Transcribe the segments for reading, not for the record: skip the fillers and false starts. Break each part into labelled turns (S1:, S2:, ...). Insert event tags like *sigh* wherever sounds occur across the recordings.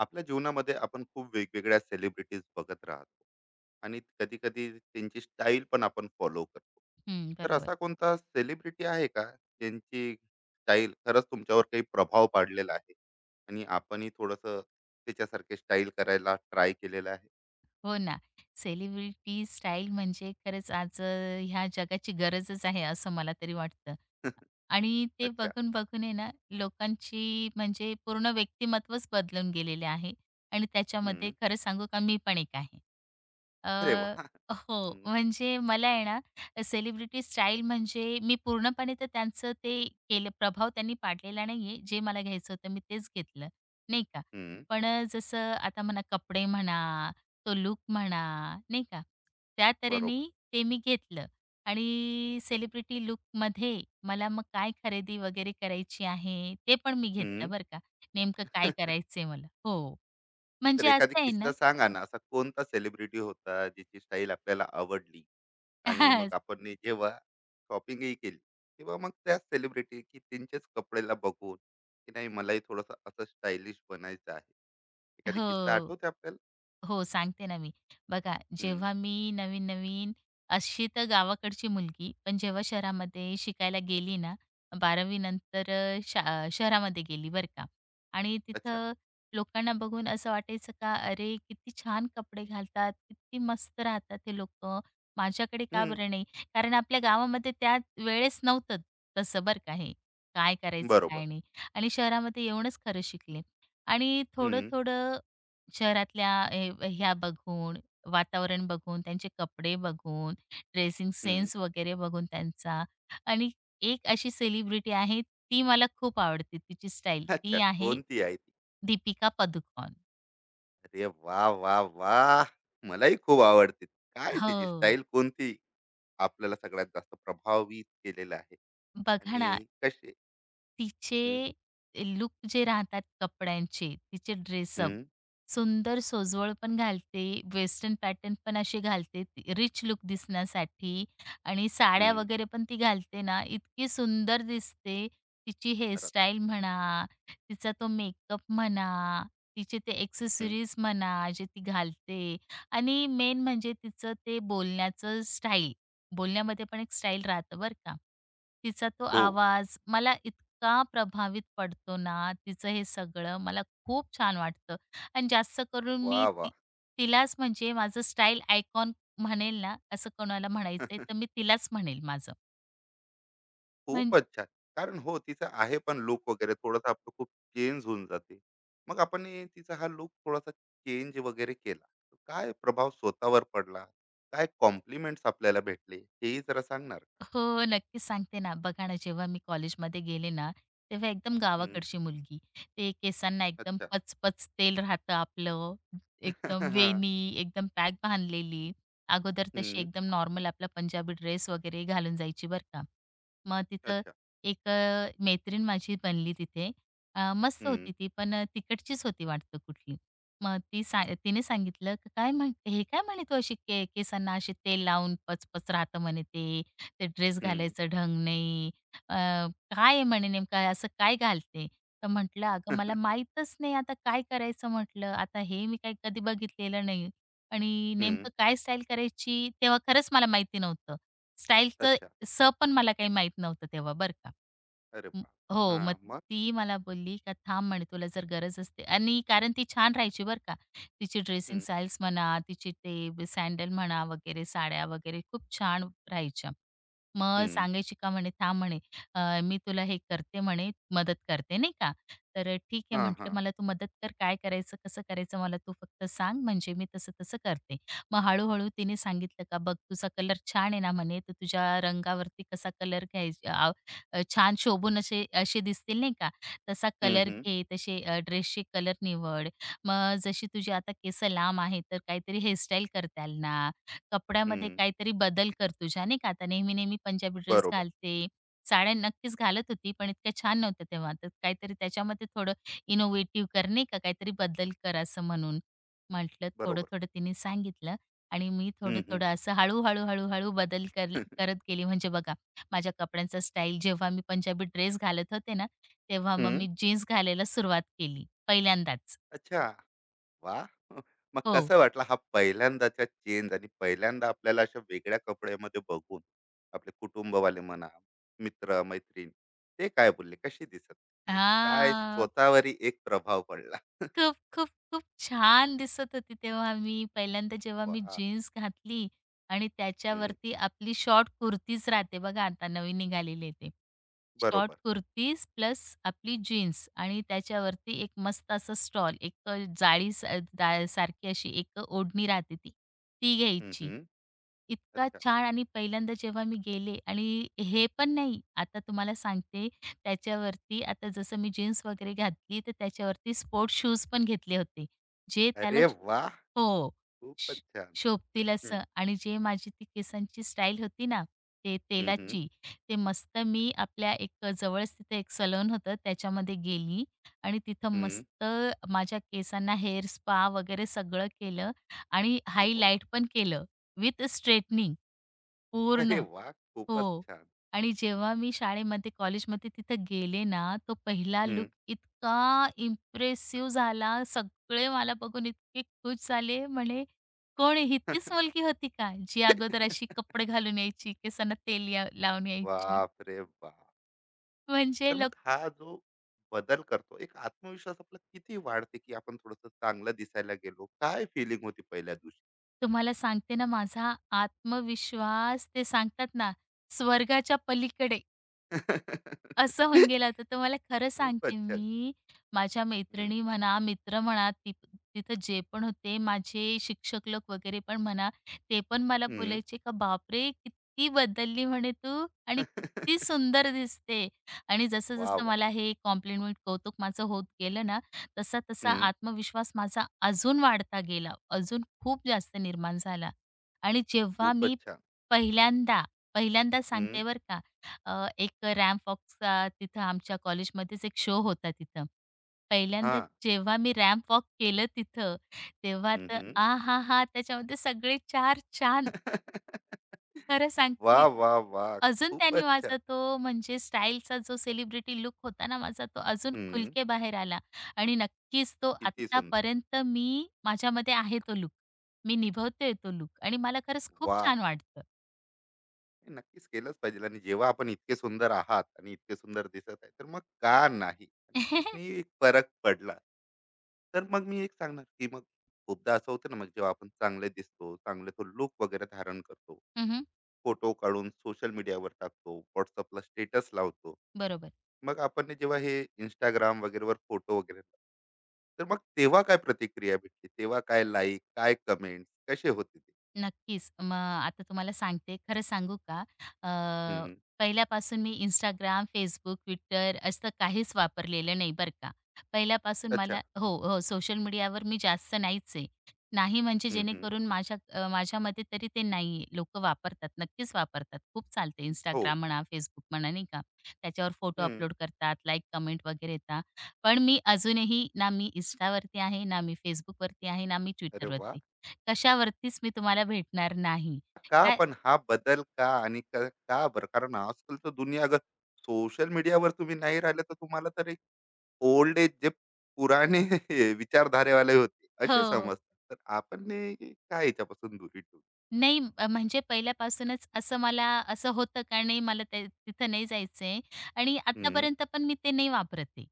S1: आपल्या जीवनामध्ये आपण खूप वेगवेगळ्या सेलिब्रिटीज बघत राहतो आणि कधी कधी त्यांची स्टाईल पण आपण फॉलो करतो.
S2: हं,
S1: तर
S2: बरोबर.
S1: असा कोणता सेलिब्रिटी आहे का ज्यांची स्टाईल खरंच तुमच्यावर काही प्रभाव पाडलेला आहे आणि आपणही थोडस त्याच्यासारखे स्टाईल करायला ट्राय केलेलं आहे?
S2: हो ना. सेलिब्रिटी स्टाईल म्हणजे खरंच आज ह्या जगाची गरजच आहे असं मला तरी वाटतं.
S1: *laughs*
S2: आणि ते
S1: अच्छा.
S2: बघून बघून आहे ना, लोकांची म्हणजे पूर्ण व्यक्तिमत्वच बदलून गेलेले आहे. आणि त्याच्यामध्ये
S1: हम्म.
S2: खरं सांगू का मी पण एक आहे.
S1: अरे वा,
S2: अ, हो,
S1: हम्म.
S2: म्हणजे मला आहे ना, सेलिब्रिटी स्टाईल म्हणजे मी पूर्णपणे तर त्यांचं ते केलं प्रभाव त्यांनी पाडलेला नाहीये. जे मला घ्यायचं होतं मी तेच घेतलं, नाही का.
S1: हम्म,
S2: पण जसं आता म्हणा कपडे म्हणा, तो लूक म्हणा, नाही का, त्या तऱ्हेने
S1: बरोबर.
S2: ते मी घेतलं. आणि सेलिब्रिटी लूकमध्ये मला मग काय खरेदी वगैरे करायची आहे, ते पण मी घेतलं
S1: हम्म.
S2: बरं का. नेमकं काय
S1: *laughs*
S2: करायचंय मला. हो,
S1: तर
S2: म्हणजे
S1: एखादी
S2: असं आहे ना.
S1: किस्सा सांगा ना, असा कोणता सेलिब्रिटी होता ज्याची स्टाईल आपल्याला आवडली आणि मग
S2: *laughs*
S1: आपण नी जेव्हा शॉपिंगही केली तेव्हा मग त्याच सेलिब्रिटी की त्यांच्याच कपड्याला बघून की नाही मलाही थोडंसं असं स्टायलिश बनायचं आहे. एखादी किस्सा
S2: हो.
S1: आठवते आपल्याला?
S2: हो, सांगते ना मी. बघा,
S1: हम्म.
S2: जेव्हा मी नवीन-नवीन अशी तर गावाकडची मुलगी, पण जेव्हा शहरामध्ये शिकायला गेली ना, 12वी नंतर शहरामध्ये गेली बरं का. आणि
S1: अच्छा.
S2: तिथं लोकांना बघून असं वाटायचं का, "अरे, किती छान कपडे घालतात, किती मस्त राहतात हे लोकं. माझ्याकडे का
S1: हम्म.
S2: बरं नाही?" कारण आपल्या गावामध्ये त्या वेळेस नव्हतं तसं बरं का हे. काय करायचं,
S1: बरोबर.
S2: काय नाही. आणि शहरामध्ये येऊनच खरं शिकले. आणि
S1: हम्म.
S2: थोडं-थोडं शहरातल्या हे ह्या बघून, वातावरण बघून, त्यांचे कपडे बघून, ड्रेसिंग
S1: हम्म.
S2: सेन्स वगैरे बघून त्यांचा. आणि एक अशी सेलिब्रिटी आहे, ती मला खूप आवडते तिची स्टाईल.
S1: अच्छा,
S2: ती आहे
S1: कोणती आहे ती?
S2: दीपिका पदुकोण.
S1: अरे वा वा वा, मलाही खूप आवडते. काय तिची
S2: हो.
S1: स्टाईल कोणती आपल्याला सगळ्यात जास्त प्रभावित केलेलं आहे
S2: बघा ना
S1: आणि कसे? हम्म.
S2: तिचे लुक जे राहतात कपड्यांचे, तिचे ड्रेसअप,
S1: हम्म.
S2: सुंदर सोजवळ पण घालते, वेस्टर्न पॅटर्न पण असे घालते, रिच लूक दिसण्यासाठी आणि साड्या
S1: हम्म.
S2: वगैरे पण ती घालते ना, इतकी सुंदर दिसते. तिची
S1: खरंच.
S2: हेअरस्टाईल म्हणा, तिचा तो मेकअप म्हणा, तिचे ते
S1: हम्म.
S2: एक्सेसरीज म्हणा, जे ती घालते. आणि मेन म्हणजे तिचं ते बोलण्याचं स्टाईल. बोलण्यामध्ये पण एक स्टाईल राहतं बरं का. तिचा तो
S1: हो.
S2: आवाज मला इतका प्रभावित पडतो ना, तिचं हे सगळं मला खूप छान वाटतं. आणि जास्त करून मी
S1: वा वा.
S2: ती तिलाच म्हणजे माझं स्टाईल आयकॉन म्हणेल ना, असं कोणाला म्हणायचंय तर
S1: *laughs*
S2: मी तिलाच म्हणेल माझं. म्हण
S1: खूपच छान. कारण हो, तिचा आहे पण लूक वगैरे थोडासा आपलं खूप चेंज होऊन जाते. मग आपण हे तिचा हा लूक थोडासा चेंज वगैरे केला, तर काय प्रभाव स्वतःवर पडला? काय कॉम्प्लिमेंट्स आपल्याला भेटले? हेही जरा सांगणार का?
S2: हो, नक्कीच सांगते ना. बघा ना, जेव्हा मी कॉलेजमध्ये गेले ना, तेव्हा एकदम
S1: हं.
S2: गावाकडची मुलगी. ते केसांना एकदम
S1: अच्छा.
S2: पचपच तेल राहतं आपलं,
S1: *laughs*
S2: एकदम
S1: हां.
S2: वेणी, एकदम पॅक बांधलेली. अगोदर तशी
S1: हं,
S2: एकदम नॉर्मल आपला पंजाबी ड्रेस वगैरे घालून जायची बरं का. मग तिथं
S1: अच्छा.
S2: एक मैत्रीण माझी बनली तिथे. मस्त
S1: हं,
S2: होती ती, पण तिकडचीच होती वाटतं कुठली. मग ती तिने सांगितलं, "काय म्हण हे काय म्हणे तू अशी केसांना असे तेल लावून पचपच राहतं म्हणे ते. ते ड्रेस
S1: हं.
S2: घालायचं ढंग नाही. अ, काय आहे म्हणे नेमकं असं काय घालते? तर म्हटलं, "अगं मला माहीतच नाही आता काय करायचं?" म्हटलं. "आता हे मी काही कधी बघितलेलं नाही आणि
S1: हं. *laughs*
S2: नेमकं काय स्टाईल करायची?" तेव्हा खरंच मला माहिती नव्हतं. स्टाईलचं
S1: अच्छा.
S2: स पण मला काही माहीत नव्हतं तेव्हा बरं का.
S1: अरे
S2: हं,
S1: बाप!
S2: हो. मग
S1: हां, मग?
S2: ती मला बोलली का "थांब" म्हणे, "तुला जर गरज असते" आणि कारण ती छान राहायची बरं का. तिची ड्रेसिंग
S1: हं,
S2: स्टाईल्स म्हणा, तिचे ते सॅडल म्हणा वगैरे, साड्या वगैरे खूप छान राहायच्या. मग
S1: हं.
S2: सांगायची का म्हणे, "थांब" म्हणे, " मी तुला हे करते" म्हणे, "मदत करते." नाही का. तर "ठीक आहे,"
S1: हां,
S2: म्हटलं,
S1: हां.
S2: "मला तू मदत कर. काय करायचं, कसं करायचं मला तू फक्त सांग, म्हणजे मी तसं-तसं करते." मग हळू-हळू तिने सांगितलं का, "बघ तुझा कलर छान आहे ना," म्हणे, "तर तुझ्या रंगावरती कसा कलर घ्यायचा छान शोभून असे असे दिसतील नाही का, तसा
S1: हं,
S2: कलर
S1: हं.
S2: घे, तसे ड्रेसचे कलर निवड. मग जशी तुझी आता केसं लांब आहेत, तर काहीतरी हेअरस्टाईल करता येईल ना. कपड्यामध्ये
S1: हं.
S2: काहीतरी बदल कर तुझ्या, नाही का. आता नेहमी-नेहमी पंजाबी ड्रेस
S1: बरोबर,
S2: घालते. साड्या नक्कीच घालत होती, पण इतक्या छान नव्हत्या तेव्हा. तर काहीतरी त्याच्यामध्ये थोडं इनोव्हेटिव्ह कर, नाही का, काहीतरी बदल कर असं म्हणून. म्हटलं
S1: बरोबर.
S2: थोडं-थोडं तिने सांगितलं आणि मी
S1: हं, हं.
S2: थोडं-थोडं असं हळू-हळू, हळूहळू बदल कर करत गेली. म्हणजे बघा, माझ्या कपड्यांचा स्टाईल जेव्हा मी पंजाबी ड्रेस घालत होते ना, तेव्हा मग
S1: हं.
S2: मी जीन्स घालायला सुरुवात केली पहिल्यांदाच.
S1: अच्छा. वाह! *laughs* मग
S2: हो.
S1: कसं वाटलं हा पहिल्यांदाचा चेंज आणि पहिल्यांदा आपल्याला अशा वेगळ्या कपड्यामध्ये बघून आपले कुटुंबवाले म्हणा, मित्र-मैत्रीण, ते काय बोलले? कशी दिसत आणि काय
S2: हां.
S1: स्वतःवरही एक प्रभाव पडला?
S2: खूप, खूप, खूप छान दिसत होती तेव्हा मी. पहिल्यांदा जेव्हा मी
S1: वाह!
S2: जीन्स घातली आणि
S1: हं,
S2: त्याच्यावरती आपली शॉर्ट कुर्तीच राहते बघा आता नवीन निघालेली आहे ते. शॉर्ट
S1: बरोबर.
S2: कुर्तीज प्लस आपली जीन्स आणि त्याच्यावरती एक मस्त असं स्टॉल, एक जाळी दा सारखी अशी एक ओढणी राहते ती, ती
S1: हं,
S2: घ्यायची.
S1: हं.
S2: इतका
S1: अच्छा.
S2: छान आणि पहिल्यांदा जेव्हा मी गेले आणि हे पण नाही, आता तुम्हाला सांगते. त्याच्यावरती आता जसं मी जीन्स वगैरे घातली, तर त्याच्यावरती स्पोर्ट्स शूज पण घेतले होते. जे
S1: अरे वाह!
S2: हो,
S1: खूपच
S2: श
S1: छान.
S2: शोभतील
S1: हं.
S2: असं आणि जे माझी ती केसांची स्टाईल होती ना, ते
S1: हं, हं.
S2: तेलाची, ते मस्त मी आपल्या एक जवळच तिथे एक सलून होतं त्याच्यामध्ये गेली आणि तिथं
S1: हं.
S2: मस्त माझ्या केसांना हेअर स्पा वगैरे सगळं केलं आणि
S1: वाह!
S2: हायलाइट पण केलं विथ स्ट्रेटनिंग
S1: अरे
S2: पूर्ण.
S1: वाह! खूपच
S2: हो.
S1: छान.
S2: आणि जेव्हा मी शाळेमध्ये, कॉलेजमध्ये तिथं गेले ना, तो पहिला
S1: हं.
S2: लुक इतका इम्प्रेसिव्ह झाला. सगळे मला बघून इतके खुश झाले. म्हणे, "कोण ही तीच मुलगी होती का, जी अगोदर अशी कपडे घालून यायची, केसांना तेल या लावून यायची?"
S1: बापरे *laughs* बाप!
S2: म्हणजे
S1: तर
S2: लोक
S1: मग हा जो बदल करतो एक आत्मविश्वास आपला किती वाढते, की आपण थोडस चांगलं दिसायला गेलो. काय फिलिंग होती पहिल्या दिवशी?
S2: तुम्हाला सांगते ना, माझा आत्मविश्वास ते सांगतात ना, स्वर्गाच्या पलीकडे
S1: *laughs*
S2: असं होऊन गेलं होतं. तर मला खरं
S1: खूपच
S2: सांगते
S1: छान.
S2: मी, माझ्या
S1: हम्म,
S2: मैत्रिणी म्हणा, मित्र म्हणा, ती तिथं जे पण होते, माझे शिक्षक लोक वगैरे पण म्हणा, ते पण मला
S1: हम्म.
S2: बोलायचे का "बापरे! किती बदलली म्हणे तू आणि
S1: *laughs*
S2: किती सुंदर दिसते." आणि
S1: वा
S2: जसं-जसं
S1: वा.
S2: मला हे कॉम्प्लिमेंट, कौतुक माझं होत गेलं ना, तसा-तसा
S1: हम्म.
S2: आत्मविश्वास माझा अजून वाढता गेला, अजून खूप जास्त निर्माण झाला. आणि
S1: *laughs*
S2: जेव्हा
S1: खूपच
S2: मी
S1: छान.
S2: पहिल्यांदा, पहिल्यांदा
S1: हम्म.
S2: सांगते बरं का एक रॅम वॉकचा तिथं आमच्या कॉलेजमध्येच एक शो होता तिथं.
S1: हा.
S2: पहिल्यांदा जेव्हा मी रॅम्प वॉक केलं तिथं, तेव्हा
S1: हम्म,
S2: तर
S1: हम्म.
S2: आहाहा! त्याच्यामध्ये सगळे चार चांद.
S1: *laughs*
S2: खरं
S1: वा
S2: सांगते
S1: वा वा. *laughs*
S2: अजून त्यांनी
S1: खूपच छान.
S2: माझा तो म्हणजे स्टाईलचा जो सेलिब्रिटी लुक होता ना माझा, तो अजून
S1: हम्म.
S2: खुलके बाहेर आला आणि नक्कीच तो
S1: किती सुंदर!
S2: आत्तापर्यंत मी माझ्यामध्ये आहे तो लूक. मी निभवते तो लूक आणि मला खरंच खूप
S1: वा,
S2: छान वाटतं.
S1: हे नक्कीच केलंच पाहिजे आणि जेव्हा आपण इतके सुंदर आहात आणि इतके सुंदर दिसत आहे, तर मग का नाही? आणि तिने
S2: *laughs*
S1: एक फरक पडला. तर मग मी एक सांगणार की मग खूपदा असं होतं ना, मग जेव्हा आपण चांगले दिसतो, चांगले तो लुक वगैरे धारण करतो,
S2: हं,
S1: फोटो काढून सोशल मीडियावर टाकतो, व्हॉट्सअपला स्टेटस लावतो,
S2: बरोबर.
S1: मग आपण जेव्हा हे इंस्टाग्राम वगैरेवर फोटो वगैरे लावतो, तर मग तेव्हा काय प्रतिक्रिया भेटली? तेव्हा काय लाईक, काय कमेंट, कसे होते ते?
S2: नक्कीच. मग आता तुम्हाला सांगते, खरं सांगू का? अ,
S1: हम्म.
S2: पहिल्यापासून मी Instagram, Facebook, Twitter असं काहीच वापरलेलं नाही बरं का. पहिल्यापासून मला
S1: अच्छा.
S2: हो, हो. सोशल मीडियावर मी जास्त नाहीच आहे. नाही म्हणजे
S1: हम्म, हम्म.
S2: जेणेकरून माझ्या माझ्या मते तरी ते नाही लोकं वापरतात, नक्कीच वापरतात. खूप चालते
S1: हो.
S2: Instagram म्हणा, Facebook म्हणा नाही का. त्याच्यावर फोटो अपलोड करतात, लाईक, कमेंट वगैरे येतात. पण मी अजूनही ना मी Instaवरती आहे, ना मी Facebookवरती आहे, ना मी
S1: अरे वा.
S2: Twitterवरती. कशावरतीच मी तुम्हाला भेटणार नाही.
S1: का
S2: काय
S1: पण हा बदल का? आणि क का बरं? कारण आजकाल तर दुनिया, अगर सोशल मीडियावर तुम्ही नाही राहिले तर तुम्हाला तर एक ओल्ड एज जे पुराणे *laughs* विचारधारेवाले होते असे
S2: हो.
S1: समजतात. तर आपण ने काय याच्यापासून दुरी ठेवली?
S2: नाही म्हणजे पहिल्यापासूनच असं मला असं होतं का नाही मला ते तिथं नाही जायचंय आणि
S1: हं.
S2: आत्तापर्यंत पण मी ते नाही वापरत आहे.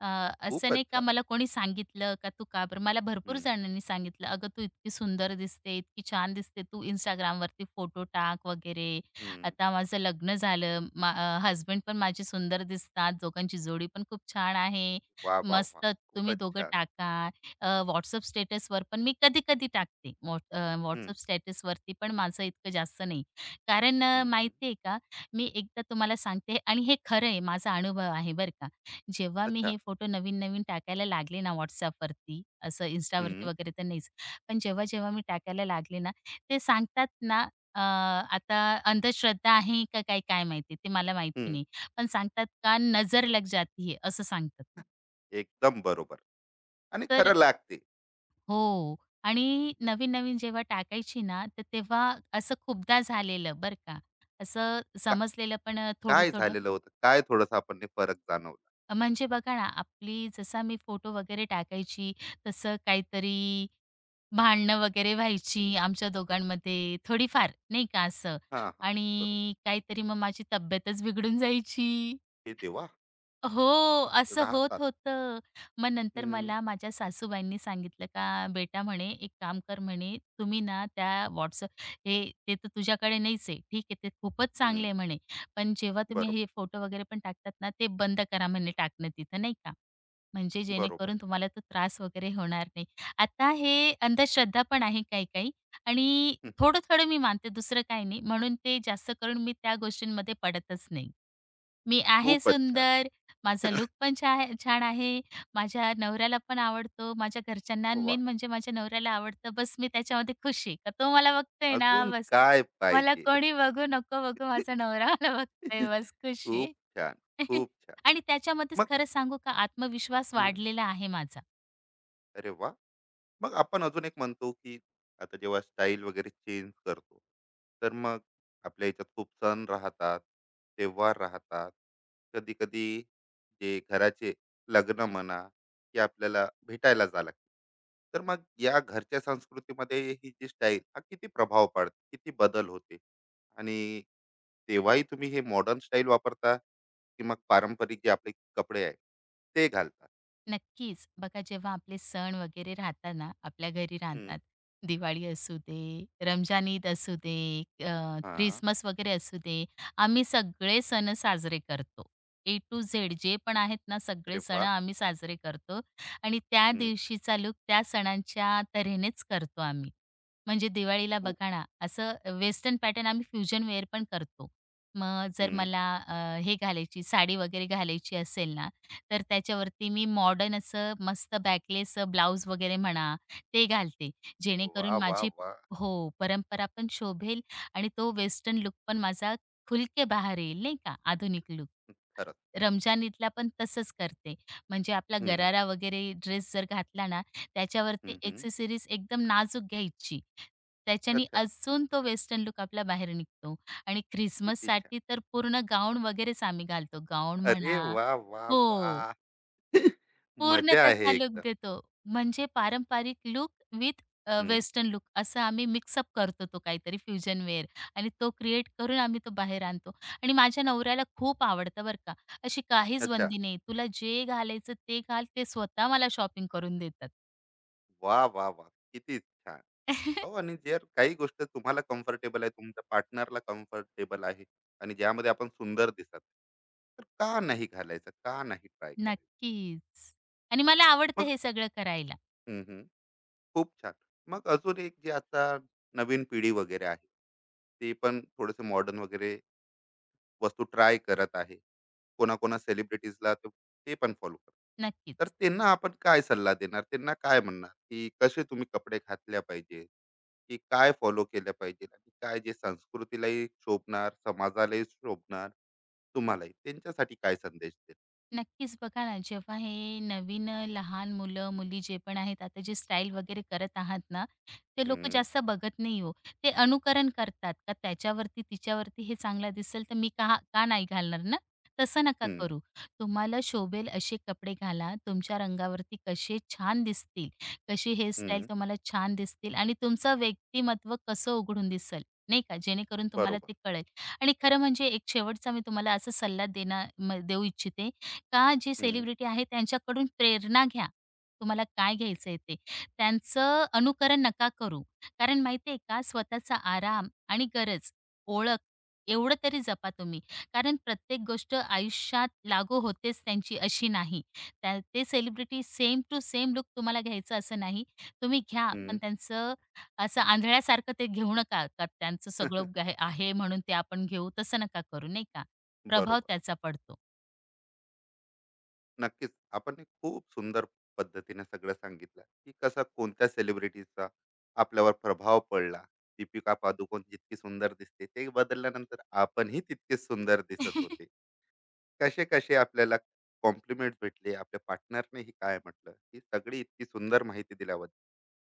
S2: अ, असं
S1: खूपच
S2: नाही का
S1: छान.
S2: मला कोणी सांगितलं का तू का बरं मला भरपूर
S1: हं,
S2: जणांनी सांगितलं, "अगं तू इतकी सुंदर दिसते, इतकी छान दिसते, तू Instagramवरती फोटो टाक वगैरे.
S1: हं.
S2: आता माझं लग्न झालं, पण माझे सुंदर दिसतात, दोघांची जोडी पण खूप छान आहे.
S1: वाह, वाह, वाह!
S2: मस्त तुम्ही
S1: खूपच
S2: दोघं
S1: छान.
S2: टाका." WhatsApp स्टेटसवर पण मी कधी-कधी टाकते.
S1: हं,
S2: WhatsApp स्टेटसवरती पण माझं इतकं जास्त नाही. कारण
S1: हं, हं.
S2: माहिती आहे का, मी एकदा तुम्हाला सांगते आणि हे खरं आहे, माझा अनुभव आहे बरं का. जेव्हा मी
S1: अच्छा.
S2: हे फोटो नवीन-नवीन टाकायला लागले ना WhatsAppवरती, असं Instaवरती
S1: हं,
S2: वगैरे तर नाहीच. पण जेव्हा-जेव्हा मी टाकायला लागले ना, ते सांगतात ना अ, आता अंधश्रद्धा आहे का काय, काय माहिती ते मला माहिती
S1: हं.
S2: नाही. पण सांगतात का नजर लग जाती है, असं सांगतात.
S1: एकदम बरोबर आणि
S2: तर
S1: खरं लागते.
S2: हो. आणि नवीन-नवीन जेव्हा टाकायची ना, तर तेव्हा असं खूपदा झालेलं बरं का. असं
S1: का,
S2: समजलेलं पण
S1: काय
S2: थोडं-थोडं
S1: झालेलं होतं? काय थोडंसं आपण फरक जाणवला?
S2: म्हणजे बघा ना, आपली जसा मी फोटो वगैरे टाकायची, तसं काहीतरी भांडणं वगैरे व्हायची आमच्या दोघांमध्ये थोडीफार, नाही का असं.
S1: हां, हां. बरोबर.
S2: आणि काहीतरी मग माझी तब्येतच बिघडून जायची.
S1: हे देवा!
S2: हो,
S1: बाप
S2: असं होत
S1: राहतात.
S2: होतं. मग नंतर
S1: हम्म.
S2: मला माझ्या सासूबाईंनी सांगितलं का, "बेटा," म्हणे, "एक काम कर," म्हणे, "तुम्ही ना त्या WhatsApp हे ते तर तुझ्याकडे नाहीच आहे. ठीक आहे, ते खूपच चांगलं
S1: हम्म.
S2: आहे," म्हणे, "पण जेव्हा तुम्ही हे
S1: बरोबर.
S2: फोटो वगैरे पण टाकतात ना, ते बंद करा," म्हणे, "टाकणं तिथं," नाही का. म्हणजे
S1: बरोबर
S2: जेणेकरून
S1: आहे.
S2: तुम्हाला तो त्रास वगैरे होणार नाही. आता हे अंधश्रद्धा पण आहे काही-काही आणि
S1: *laughs* हम्म.
S2: थोडं-थोडं मी मानते, दुसरं काही नाही. म्हणून ते जास्त करून मी त्या गोष्टींमध्ये पडतच नाही. मी आहे
S1: खूपच छान.
S2: सुंदर, माझा लूक पण छा छान आहे, माझ्या नवऱ्याला पण आवडतो, माझ्या घरच्यांना
S1: वा,
S2: मेन म्हणजे माझ्या नवऱ्याला आवडतं. बस मी त्याच्यामध्ये खुश आहे. का तो मला बघतोय ना
S1: अजून
S2: बस.
S1: काय
S2: मला
S1: पाहिजे?
S2: कोणी बघू नको बघू, माझा नवरा मला बघतोय
S1: *laughs*
S2: बस खुश आहे.
S1: खूप छान.
S2: *laughs*
S1: खूप छान.
S2: आणि त्याच्यामध्येच
S1: मग
S2: खरं सांगू का आत्मविश्वास
S1: हम्म.
S2: वाढलेला आहे माझा.
S1: अरे वा, मग आपण अजून एक म्हणतो की आता जेव्हा स्टाईल वगैरे चेंज करतो, तर मग आपल्या याच्यात खूप सण राहतात, त्योहार राहतात. कधी कधी जे घराचे लग्न म्हणा, की आपल्याला भेटायला जा लागते, तर मग या घरच्या संस्कृतीमध्ये ही जी स्टाईल हा किती प्रभाव पाडते, किती बदल होते आणि तेव्हाही तुम्ही हे मॉडर्न स्टाईल वापरता की मग पारंपरिक जे आपले कपडे आहे ते घालता?
S2: नक्कीच. बघा जेव्हा आपले सण वगैरे राहतात ना, आपल्या घरी
S1: हम्म.
S2: राहतात. दिवाळी असू दे, रमजान ईद असू दे, अ,
S1: हा.
S2: ख्रिसमस वगैरे असू दे. आम्ही सगळे सण साजरे करतो. ए टू झेड जे पण आहेत ना,
S1: अरे
S2: सगळे सण
S1: वा.
S2: आम्ही साजरे करतो. आणि त्या
S1: हम्म.
S2: दिवशीचा लूक त्या सणांच्या तऱ्हेनेच करतो आम्ही. म्हणजे दिवाळीला बघा ना, असं वेस्टर्न पॅटर्न आम्ही फ्युजन वेअर पण करतो. मग जर
S1: हं.
S2: मला हे घालायची साडी वगैरे घालायची असेल ना, तर त्याच्यावरती मी मॉडर्न असं मस्त बॅकलेस ब्लाउज वगैरे म्हणा, ते घालते.
S1: वा,
S2: जेणेकरून
S1: वा,
S2: माझी
S1: वाह!
S2: हो, परंपरा पण शोभेल आणि तो वेस्टर्न लुक पण माझा खुलके के बाहर येईल, नाही का, आधुनिक लूक.
S1: खरंच.
S2: रमजान ईदला पण तसंच करते. म्हणजे आपला
S1: हं.
S2: गरारा वगैरे ड्रेस जर घातला ना, त्याच्यावरती
S1: हं, हं.
S2: एक्सेसरीज एकदम नाजूक घ्यायची. त्याच्याने
S1: अच्छा.
S2: अजून तो वेस्टर्न लूक आपला बाहेर निघतो आणि
S1: किती छान.
S2: ख्रिसमससाठी तर पूर्ण गाऊन वगैरेच आम्ही घालतो. गाऊन
S1: अरे
S2: म्हणा
S1: वा, वा,
S2: हो.
S1: वाह!
S2: पूर्ण
S1: मजा आहे
S2: तसा लुक
S1: एकदम.
S2: देतो. म्हणजे पारंपरिक लुक विथ
S1: हं.
S2: वेस्टर्न लूक असं आम्ही मिक्सअप करतो तो काहीतरी फ्युजन वेअर. आणि तो क्रिएट करून आम्ही तो बाहेर आणतो आणि माझ्या नवऱ्याला खूप आवडतं बरं का. अशी काहीच
S1: अच्छा.
S2: बंदी नाही. तुला जे घालायचं ते घाल. ते स्वतः मला शॉपिंग करून देतात.
S1: वा, वाह! वाह! किती छान. हो,
S2: *laughs*
S1: आणि जर काही गोष्ट तुम्हाला कम्फर्टेबल आहे, तुमच्या पार्टनरला कम्फर्टेबल आहे आणि ज्यामध्ये आपण सुंदर दिसत, तर का नाही घालायचं? का नाही ट्राय करायचं?
S2: नक्कीच. आणि मला आवडतं
S1: मग
S2: हे सगळं करायला.
S1: हं, हं. खूप छान. मग अजून एक, जे आता नवीन पिढी वगैरे आहे, ते पण थोडेसे मॉडर्न वगैरे वस्तू ट्राय करत आहे, कोणाकोणा सेलिब्रिटीजला ते ते पण फॉलो करतात, तर
S2: नक्कीच.
S1: त्यांना आपण काय सल्ला देणार? त्यांना काय म्हणणार, की कसे तुम्ही कपडे घातल्या पाहिजे, की काय फॉलो केलं पाहिजे आणि काय जे संस्कृतीलाही शोभणार, समाजालाही शोभणार? तुम्हालाही त्यांच्यासाठी काय संदेश देणार?
S2: नक्कीच बघा ना, जेव्हा हे नवीन लहान मुलं-मुली जे पण आहेत, आता जे स्टाईल वगैरे करत आहात ना, ते लोकं
S1: हम्म.
S2: जास्त बघत नाही हो. ते अनुकरण करतात का त्याच्यावरती, तिच्यावरती हे चांगलं दिसेल तर मी का का नाही घालणार ना? तसं नका
S1: हम्म.
S2: करू. तुम्हाला शोभेल असे कपडे घाला, तुमच्या रंगावरती कसे छान दिसतील, कशी हेअरस्टाईल
S1: हम्म.
S2: तुम्हाला छान दिसतील आणि तुमचं व्यक्तिमत्व कसं उघडून दिसेल, नाही का? जेणेकरून तुम्हाला
S1: बरोबर.
S2: ते कळेल. आणि खरं म्हणजे एक शेवटचा मी तुम्हाला असा सल्ला देणं देऊ इच्छिते, का जे
S1: हम्म.
S2: सेलिब्रिटी आहे त्यांच्याकडून प्रेरणा घ्या. तुम्हाला काय घ्यायचंय ते. त्यांचं अनुकरण नका करू. कारण माहिती आहे का स्वतःचा आराम आणि गरज, ओळख एवढं तरी जपा तुम्ही. कारण प्रत्येक गोष्ट आयुष्यात लागू होतेच त्यांची अशी नाही. त्या ते celebrity same to same look तुम्हाला घ्यायचं असं नाही. तुम्ही घ्या, पण
S1: हम्म.
S2: त्यांचं असं आंधळ्यासारखं ते घेऊ नका का त्यांचं सगळं
S1: *laughs*
S2: आहे म्हणून ते आपण घेऊ तसं नका करू, नाही का? प्रभाव
S1: बरोबर.
S2: त्याचा पडतो.
S1: नक्कीच. आपण एक खूप सुंदर पद्धतीने सगळं सांगितलं, की कसा कोणत्या सेलिब्रिटीचा आपल्यावर प्रभाव पडला. दीपिका पादुकोण जितकी सुंदर दिसते, ते बदलल्यानंतर आपणही तितकेच सुंदर दिसत होते. कसे-कसे आपल्याला कॉम्प्लिमेंट भेटले, आपल्या पार्टनरनेही काय म्हटलं, ही सगळी इतकी सुंदर माहिती दिल्याबद्दल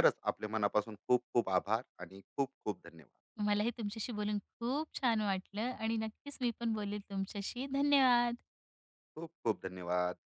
S1: खरंच आपल्या मनापासून खूप खूप आभार आणि खूप खूप धन्यवाद.
S2: मलाही तुमच्याशी बोलून खूप छान वाटलं आणि नक्कीच मी पण बोलेल तुमच्याशी. धन्यवाद.
S1: खूप खूप धन्यवाद.